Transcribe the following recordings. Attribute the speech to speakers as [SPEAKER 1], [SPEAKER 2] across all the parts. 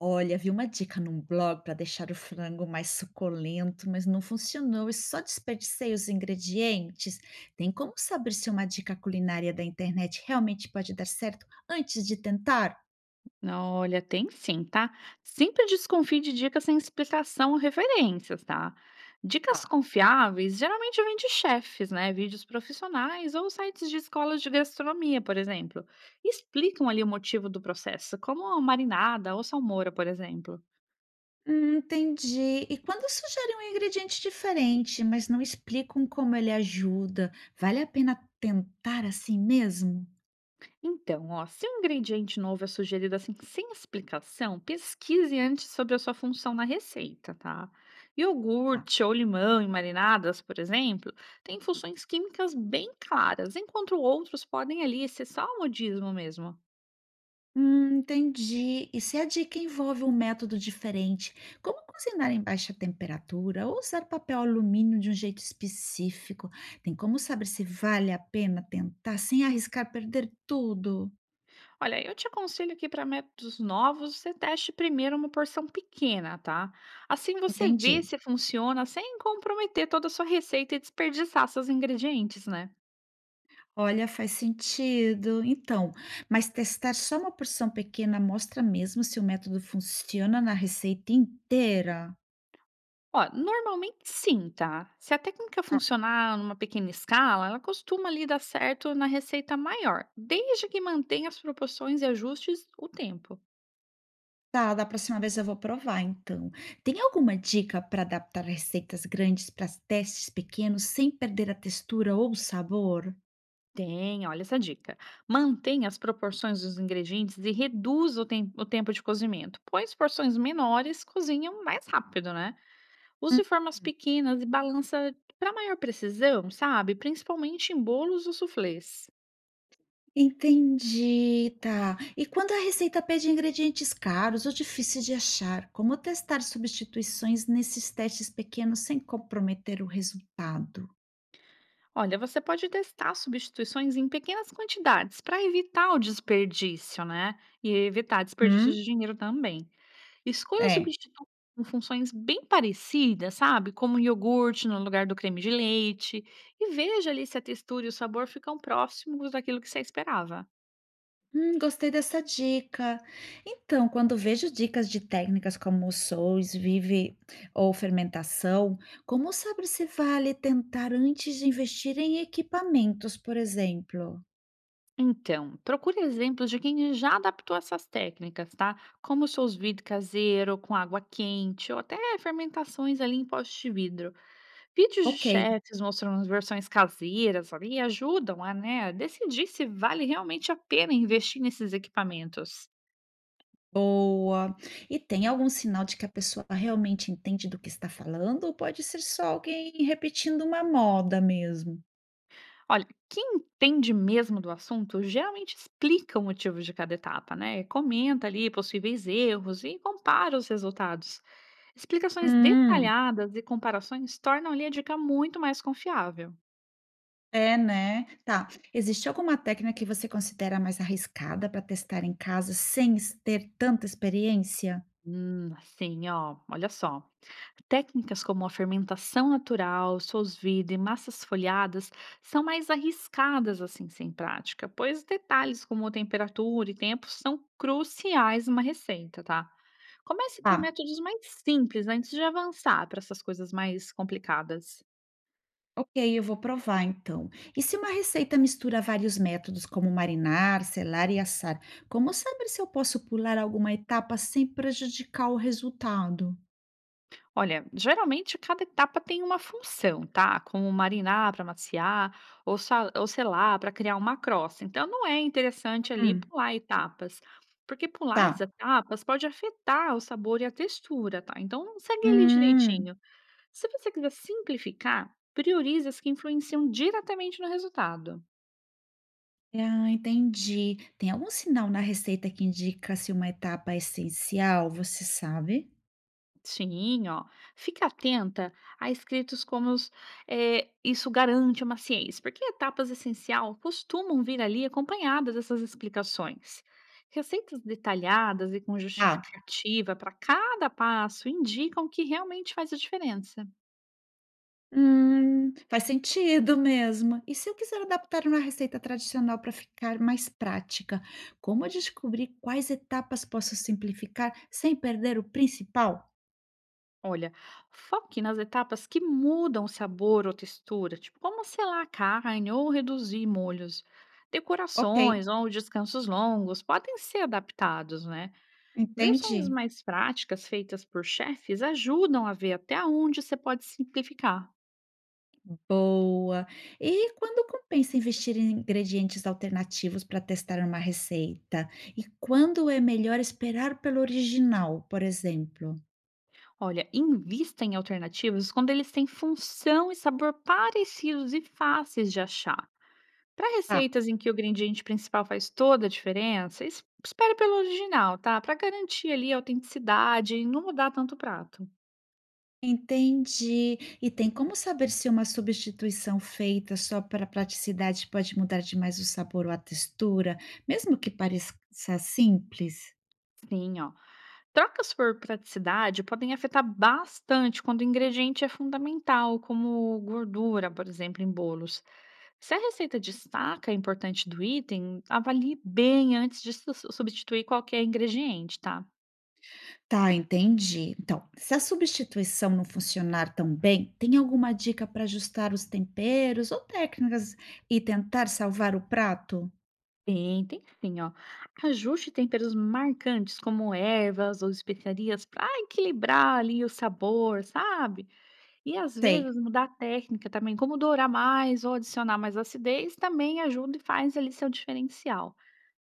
[SPEAKER 1] Olha, vi uma dica num blog para deixar o frango mais suculento, mas não funcionou e só desperdicei os ingredientes. Tem como saber se uma dica culinária da internet realmente pode dar certo antes de tentar?
[SPEAKER 2] Não, olha, tem sim, tá? Sempre desconfie de dicas sem explicação ou referências, tá? Dicas
[SPEAKER 1] Ah.
[SPEAKER 2] confiáveis geralmente vêm de chefes, né? Vídeos profissionais ou sites de escolas de gastronomia, por exemplo. Explicam ali o motivo do processo, como marinada ou salmoura, por exemplo.
[SPEAKER 1] Entendi. E quando sugerem um ingrediente diferente, mas não explicam como ele ajuda, vale a pena tentar assim mesmo?
[SPEAKER 2] Então, ó, se um ingrediente novo é sugerido assim sem explicação, pesquise antes sobre a sua função na receita, tá? Iogurte ou limão em marinadas, por exemplo, têm funções químicas bem claras, enquanto outros podem ali ser só um modismo mesmo.
[SPEAKER 1] Entendi. E se a dica envolve um método diferente, como cozinhar em baixa temperatura ou usar papel alumínio de um jeito específico? Tem como saber se vale a pena tentar sem arriscar perder tudo?
[SPEAKER 2] Olha, eu te aconselho que para métodos novos você teste primeiro uma porção pequena, tá? Assim você
[SPEAKER 1] Entendi.
[SPEAKER 2] vê se funciona sem comprometer toda a sua receita e desperdiçar seus ingredientes, né?
[SPEAKER 1] Olha, faz sentido. Então, mas testar só uma porção pequena mostra mesmo se o método funciona na receita inteira?
[SPEAKER 2] Ó, normalmente sim, tá? Se a técnica funcionar numa pequena escala, ela costuma ali dar certo na receita maior, desde que mantenha as proporções e ajustes o tempo.
[SPEAKER 1] Tá, da próxima vez eu vou provar então. Tem alguma dica para adaptar receitas grandes para testes pequenos sem perder a textura ou o sabor?
[SPEAKER 2] Tem, olha essa dica. Mantenha as proporções dos ingredientes e reduza o tempo de cozimento, pois porções menores cozinham mais rápido, né? Use formas
[SPEAKER 1] Uhum.
[SPEAKER 2] pequenas e balança para maior precisão, sabe? Principalmente em bolos ou suflês.
[SPEAKER 1] Entendi, tá. E quando a receita pede ingredientes caros ou difíceis de achar, como testar substituições nesses testes pequenos sem comprometer o resultado?
[SPEAKER 2] Olha, você pode testar substituições em pequenas quantidades para evitar o desperdício, né? E evitar desperdício
[SPEAKER 1] Hum.
[SPEAKER 2] de dinheiro também. Escolha
[SPEAKER 1] É.
[SPEAKER 2] substituir com funções bem parecidas, sabe? Como um iogurte no lugar do creme de leite. E veja ali se a textura e o sabor ficam próximos daquilo que você esperava.
[SPEAKER 1] Gostei dessa dica. Então, quando vejo dicas de técnicas como sous vive ou fermentação, como saber se vale tentar antes de investir em equipamentos, por exemplo?
[SPEAKER 2] Então, procure exemplos de quem já adaptou essas técnicas, tá? Como o seus vidro caseiro, com água quente, ou até fermentações ali em pote de vidro. Vídeos de
[SPEAKER 1] Ok,
[SPEAKER 2] chefes mostrando versões caseiras ali ajudam a, né, decidir se vale realmente a pena investir nesses equipamentos.
[SPEAKER 1] boa. E tem algum sinal de que a pessoa realmente entende do que está falando, ou pode ser só alguém repetindo uma moda mesmo?
[SPEAKER 2] Olha, quem entende mesmo do assunto geralmente explica o motivo de cada etapa, né? Comenta ali possíveis erros e compara os resultados. Explicações
[SPEAKER 1] Hum.
[SPEAKER 2] detalhadas e comparações tornam ali a dica muito mais confiável.
[SPEAKER 1] É, né. Tá. Existe alguma técnica que você considera mais arriscada para testar em casa sem es ter tanta experiência?
[SPEAKER 2] Assim, ó, olha só. Técnicas como a fermentação natural, sous-vide e massas folhadas são mais arriscadas assim sem prática, pois detalhes como temperatura e tempo são cruciais numa receita, tá? Comece
[SPEAKER 1] Tá,
[SPEAKER 2] por métodos mais simples antes de avançar para essas coisas mais complicadas.
[SPEAKER 1] ok, eu vou provar então. E se uma receita mistura vários métodos, como marinar, selar e assar, como saber se eu posso pular alguma etapa sem prejudicar o resultado?
[SPEAKER 2] Olha, geralmente cada etapa tem uma função, tá? Como marinar para maciar, ou selar para criar uma crosta. Então não é interessante ali
[SPEAKER 1] Hum,
[SPEAKER 2] pular etapas, porque pular as
[SPEAKER 1] tá.
[SPEAKER 2] etapas pode afetar o sabor e a textura, tá? Então segue ali
[SPEAKER 1] Hum.
[SPEAKER 2] direitinho. Se você quiser simplificar, priorize as que influenciam diretamente no resultado.
[SPEAKER 1] Ah, entendi. Tem algum sinal na receita que indica se uma etapa é essencial, você sabe?
[SPEAKER 2] Sim, ó. Fique atenta a escritos como os, isso garante uma ciência, porque etapas essencial costumam vir ali acompanhadas dessas explicações. Receitas detalhadas e com
[SPEAKER 1] Tá.
[SPEAKER 2] justificativa para cada passo indicam o que realmente faz a diferença.
[SPEAKER 1] Faz sentido mesmo. E se eu quiser adaptar uma receita tradicional para ficar mais prática, como eu descobrir quais etapas posso simplificar sem perder o principal?
[SPEAKER 2] Olha, foque nas etapas que mudam o sabor ou textura, tipo como selar a carne ou reduzir molhos.
[SPEAKER 1] Ok,
[SPEAKER 2] Decorações ou descansos longos podem ser adaptados, né? Versões
[SPEAKER 1] entendi.
[SPEAKER 2] mais práticas feitas por chefes ajudam a ver até onde você pode simplificar.
[SPEAKER 1] Boa. E quando compensa investir em ingredientes alternativos para testar uma receita? E quando é melhor esperar pelo original, por exemplo?
[SPEAKER 2] Olha, invista em alternativas quando eles têm função e sabor parecidos e fáceis de achar. Para receitas em que o ingrediente principal faz toda a diferença, espere pelo original, tá? Para garantir ali a autenticidade e não mudar tanto o prato.
[SPEAKER 1] Entendi. E tem como saber se uma substituição feita só para praticidade pode mudar demais o sabor ou a textura, mesmo que pareça simples?
[SPEAKER 2] Sim, ó. Trocas por praticidade podem afetar bastante quando o ingrediente é fundamental, como gordura, por exemplo, em bolos. Se a receita destaca a importante do item, avalie bem antes de substituir qualquer ingrediente, tá?
[SPEAKER 1] Tá, entendi. Então, se a substituição não funcionar tão bem, tem alguma dica para ajustar os temperos ou técnicas e tentar salvar o prato?
[SPEAKER 2] Tentem sim, ó. Ajuste temperos marcantes, como ervas ou especiarias, para equilibrar ali o sabor, sabe? E às
[SPEAKER 1] Tem.
[SPEAKER 2] vezes mudar a técnica também, como dourar mais ou adicionar mais acidez, também ajuda e faz ali seu diferencial.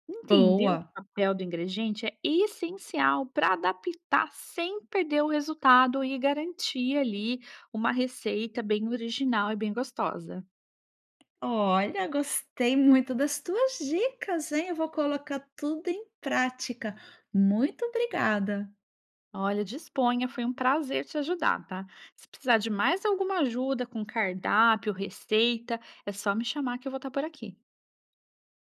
[SPEAKER 2] Entender o
[SPEAKER 1] Boa.
[SPEAKER 2] papel do ingrediente é essencial para adaptar sem perder o resultado e garantir ali uma receita bem original e bem gostosa.
[SPEAKER 1] Olha, gostei muito das tuas dicas, hein? Eu vou colocar tudo em prática. Muito obrigada.
[SPEAKER 2] Olha, disponha, foi um prazer te ajudar, tá? Se precisar de mais alguma ajuda com cardápio, receita, é só me chamar que eu vou estar por aqui.